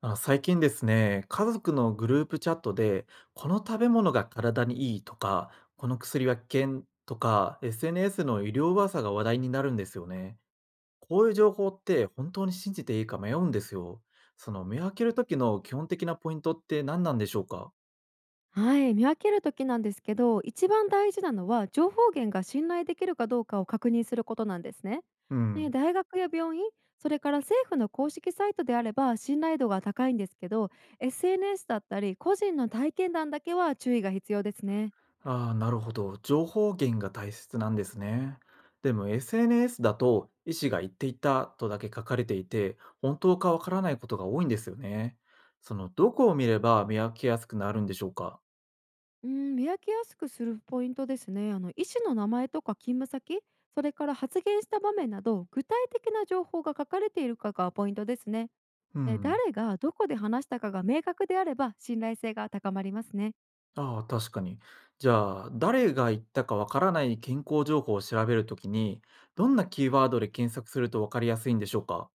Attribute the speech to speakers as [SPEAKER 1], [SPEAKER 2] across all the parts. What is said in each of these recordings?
[SPEAKER 1] 最近ですね、家族のグループチャットで、この食べ物が体にいいとか、この薬は危険とか、SNS の医療噂が話題になるんですよね。こういう情報って本当に信じていいか迷うんですよ。その見分ける時の基本的なポイントって何なんでしょうか。
[SPEAKER 2] はい、見分ける時なんですけど、一番大事なのは情報源が信頼できるかどうかを確認することなんですね。
[SPEAKER 1] う
[SPEAKER 2] ね、
[SPEAKER 1] ん。
[SPEAKER 2] 大学や病院、それから政府の公式サイトであれば信頼度が高いんですけど、SNS だったり個人の体験談だけは注意が必要ですね。
[SPEAKER 1] ああ、なるほど。情報源が大切なんですね。でも SNS だと医師が言っていたとだけ書かれていて、本当かわからないことが多いんですよね。その、どこを見れば見分けやすくなるんでしょうか。
[SPEAKER 2] うん、見分けやすくするポイントですね。あの医師の名前とか勤務先、それから発言した場面など具体的な情報が書かれているかがポイントですね。
[SPEAKER 1] う
[SPEAKER 2] で、
[SPEAKER 1] ん。
[SPEAKER 2] 誰がどこで話したかが明確であれば信頼性が高まりますね。
[SPEAKER 1] ああ、確かに。じゃあ、誰が言ったかわからない健康情報を調べるときに、どんなキーワードで検索するとわかりやすいんでしょうか。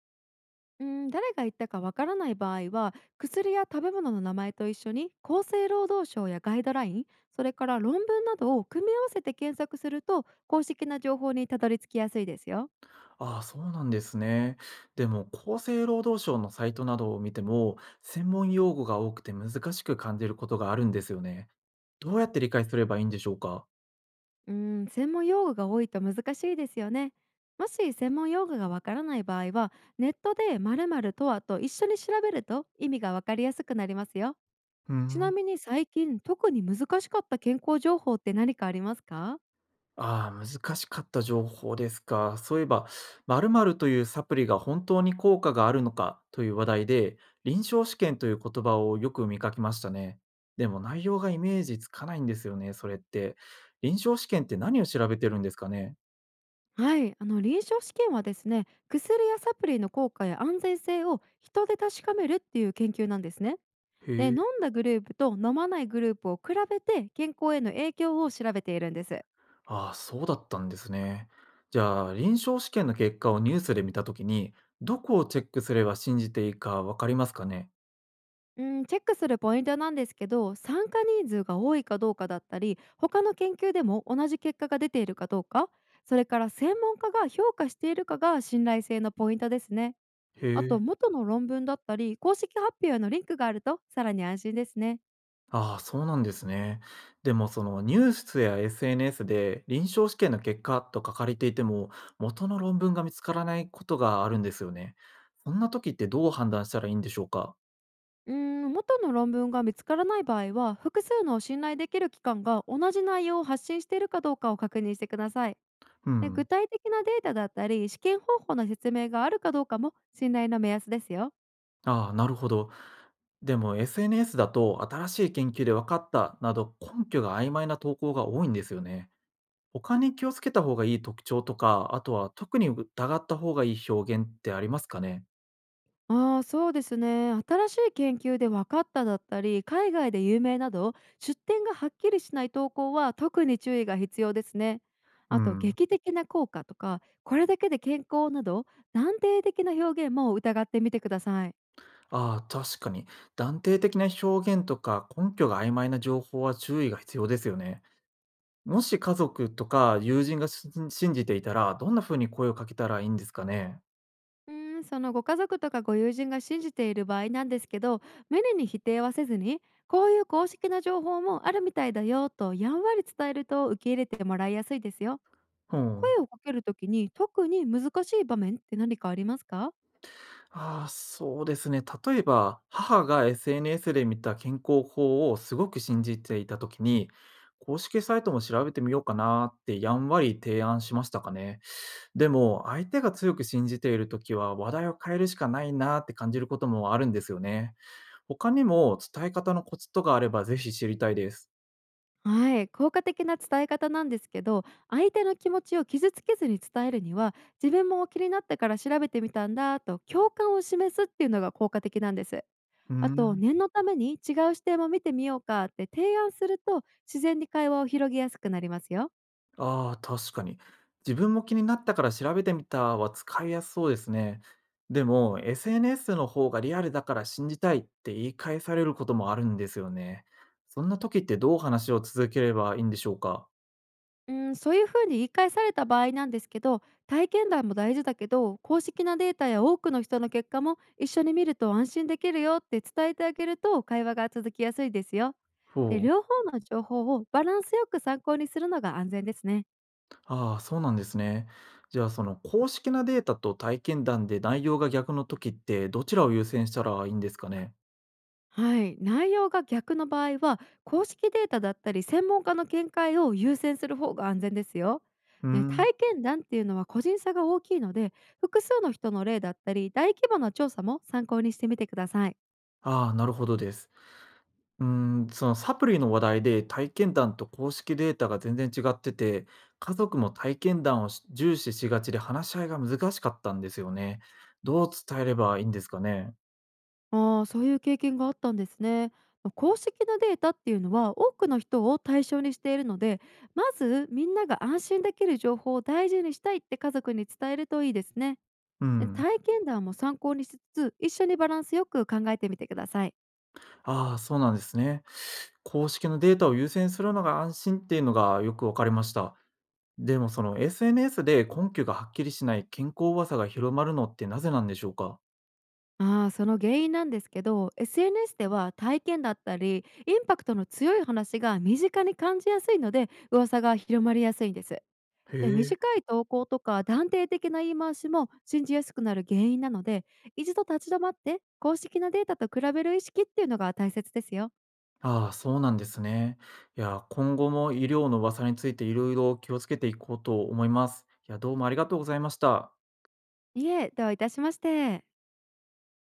[SPEAKER 2] うん、誰が言ったかわからない場合は、薬や食べ物の名前と一緒に厚生労働省やガイドライン、それから論文などを組み合わせて検索すると、公式な情報にたどり着きやすいですよ。
[SPEAKER 1] ああ、そうなんですね。でも、厚生労働省のサイトなどを見ても、専門用語が多くて難しく感じることがあるんですよね。どうやって理解すればいいんでしょうか。
[SPEAKER 2] うん、専門用語が多いと難しいですよね。もし専門用語がわからない場合は、ネットで〇〇とはと一緒に調べると意味がわかりやすくなりますよ。
[SPEAKER 1] う
[SPEAKER 2] ちな
[SPEAKER 1] ん。
[SPEAKER 2] みに、最近特に難しかった健康情報って何かありますか？
[SPEAKER 1] ああ、難しかった情報ですか。そういえば、〇〇というサプリが本当に効果があるのかという話題で、臨床試験という言葉をよく見かけましたね。でも内容がイメージつかないんですよね、それって。臨床試験って何を調べてるんですかね。
[SPEAKER 2] はい、あの臨床試験はですね、薬やサプリの効果や安全性を人で確かめるっていう研究なんですね。で、
[SPEAKER 1] へ
[SPEAKER 2] 飲ん
[SPEAKER 1] え。
[SPEAKER 2] だグループと飲まないグループを比べて健康への影響を調べているんです。
[SPEAKER 1] ああ、そうだったんですね。じゃあ、臨床試験の結果をニュースで見たときに、どこをチェックすれば信じていいかわかりますかね。
[SPEAKER 2] うん、チェックするポイントなんですけど、参加人数が多いかどうかだったり、他の研究でも同じ結果が出ているかどうか、それから専門家が評価しているかが信頼性のポイントですね。
[SPEAKER 1] へ
[SPEAKER 2] あと、
[SPEAKER 1] え。
[SPEAKER 2] 元の論文だったり公式発表へのリンクがあるとさらに安心ですね。
[SPEAKER 1] ああ、そうなんですね。でも、そのニュースや SNS で臨床試験の結果と書かれていても、元の論文が見つからないことがあるんですよね。そんな時ってどう判断したらいいんでしょうか。
[SPEAKER 2] 元の論文が見つからない場合は、複数の信頼できる機関が同じ内容を発信しているかどうかを確認してください。
[SPEAKER 1] う
[SPEAKER 2] で、具
[SPEAKER 1] ん。
[SPEAKER 2] 体的なデータだったり試験方法の説明があるかどうかも信頼の目安ですよ。
[SPEAKER 1] ああ、なるほど。でも SNS だと新しい研究で分かったなど根拠が曖昧な投稿が多いんですよね。他に気をつけた方がいい特徴とか、あとは特に疑った方がいい表現ってありますかね？
[SPEAKER 2] ああ、そうですね。新しい研究で分かっただったり、海外で有名など、出典がはっきりしない投稿は特に注意が必要ですね。
[SPEAKER 1] う
[SPEAKER 2] あと、
[SPEAKER 1] ん。
[SPEAKER 2] 劇的な効果とか、これだけで健康など、断定的な表現も疑ってみてください。
[SPEAKER 1] ああ、確かに。断定的な表現とか根拠が曖昧な情報は注意が必要ですよね。もし家族とか友人がし信じていたら、どんな風に声をかけたらいいんですかね？
[SPEAKER 2] そのご家族とかご友人が信じている場合なんですけど、無理に否定はせずに、こういう公式な情報もあるみたいだよとやんわり伝えると、受け入れてもらいやすいですよ。
[SPEAKER 1] う
[SPEAKER 2] 声
[SPEAKER 1] ん。
[SPEAKER 2] をかけるときに特に難しい場面って何かありますか？
[SPEAKER 1] ああ、そうですね。例えば、母が SNS で見た健康法をすごく信じていた時に、公式サイトも調べてみようかなってやんわり提案しましたかね。でも、相手が強く信じているときは、話題を変えるしかないなって感じることもあるんですよね。他にも伝え方のコツとかあればぜひ知りたいです。
[SPEAKER 2] はい、効果的な伝え方なんですけど、相手の気持ちを傷つけずに伝えるには、自分も気になってから調べてみたんだと共感を示すっていうのが効果的なんです。
[SPEAKER 1] うー
[SPEAKER 2] あと、
[SPEAKER 1] ん。
[SPEAKER 2] 念のために違う視点も見てみようかって提案すると、自然に会話を広げやすくなりますよ。
[SPEAKER 1] ああ、確かに。自分も気になったから調べてみたは使いやすそうですね。でも、SNS の方がリアルだから信じたいって言い返されることもあるんですよね。そんな時ってどう話を続ければいいんでしょうか。
[SPEAKER 2] うん、そういうふうに言い返された場合なんですけど、体験談も大事だけど、公式なデータや多くの人の結果も一緒に見ると安心できるよって伝えてあげると、会話が続きやすいですよ。で、
[SPEAKER 1] ほ
[SPEAKER 2] 両
[SPEAKER 1] う。
[SPEAKER 2] 方の情報をバランスよく参考にするのが安全ですね。
[SPEAKER 1] ああ、そうなんですね。じゃあ、その公式なデータと体験談で内容が逆の時って、どちらを優先したらいいんですかね。
[SPEAKER 2] はい、内容が逆の場合は、公式データだったり専門家の見解を優先する方が安全ですよ。
[SPEAKER 1] うー
[SPEAKER 2] ね、
[SPEAKER 1] ん。
[SPEAKER 2] 体験談っていうのは個人差が大きいので、複数の人の例だったり大規模な調査も参考にしてみてください。
[SPEAKER 1] ああ、なるほどです。うーん、そのサプリの話題で体験談と公式データが全然違ってて、家族も体験談をし重視しがちで話し合いが難しかったんですよね。どう伝えればいいんですかね。
[SPEAKER 2] ああ、そういう経験があったんですね。まあ、公式なデータっていうのは多くの人を対象にしているので、まずみんなが安心できる情報を大事にしたいって家族に伝えるといいですね。
[SPEAKER 1] う
[SPEAKER 2] で、
[SPEAKER 1] ん。
[SPEAKER 2] 体験談も参考にしつつ、一緒にバランスよく考えてみてください。
[SPEAKER 1] ああ、そうなんですね。公式のデータを優先するのが安心っていうのがよくわかりました。でもその SNS で根拠がはっきりしない健康噂が広まるのってなぜなんでしょうか。
[SPEAKER 2] ああ、その原因なんですけど、SNS では体験だったり、インパクトの強い話が身近に感じやすいので、噂が広まりやすいんです。で、
[SPEAKER 1] へえ。
[SPEAKER 2] 短い投稿とか断定的な言い回しも信じやすくなる原因なので、一度立ち止まって公式なデータと比べる意識っていうのが大切ですよ。
[SPEAKER 1] ああ、そうなんですね。いや、今後も医療の噂についていろいろ気をつけていこうと思います。いや、どうもありがとうございました。
[SPEAKER 2] いえ、どういたしまして。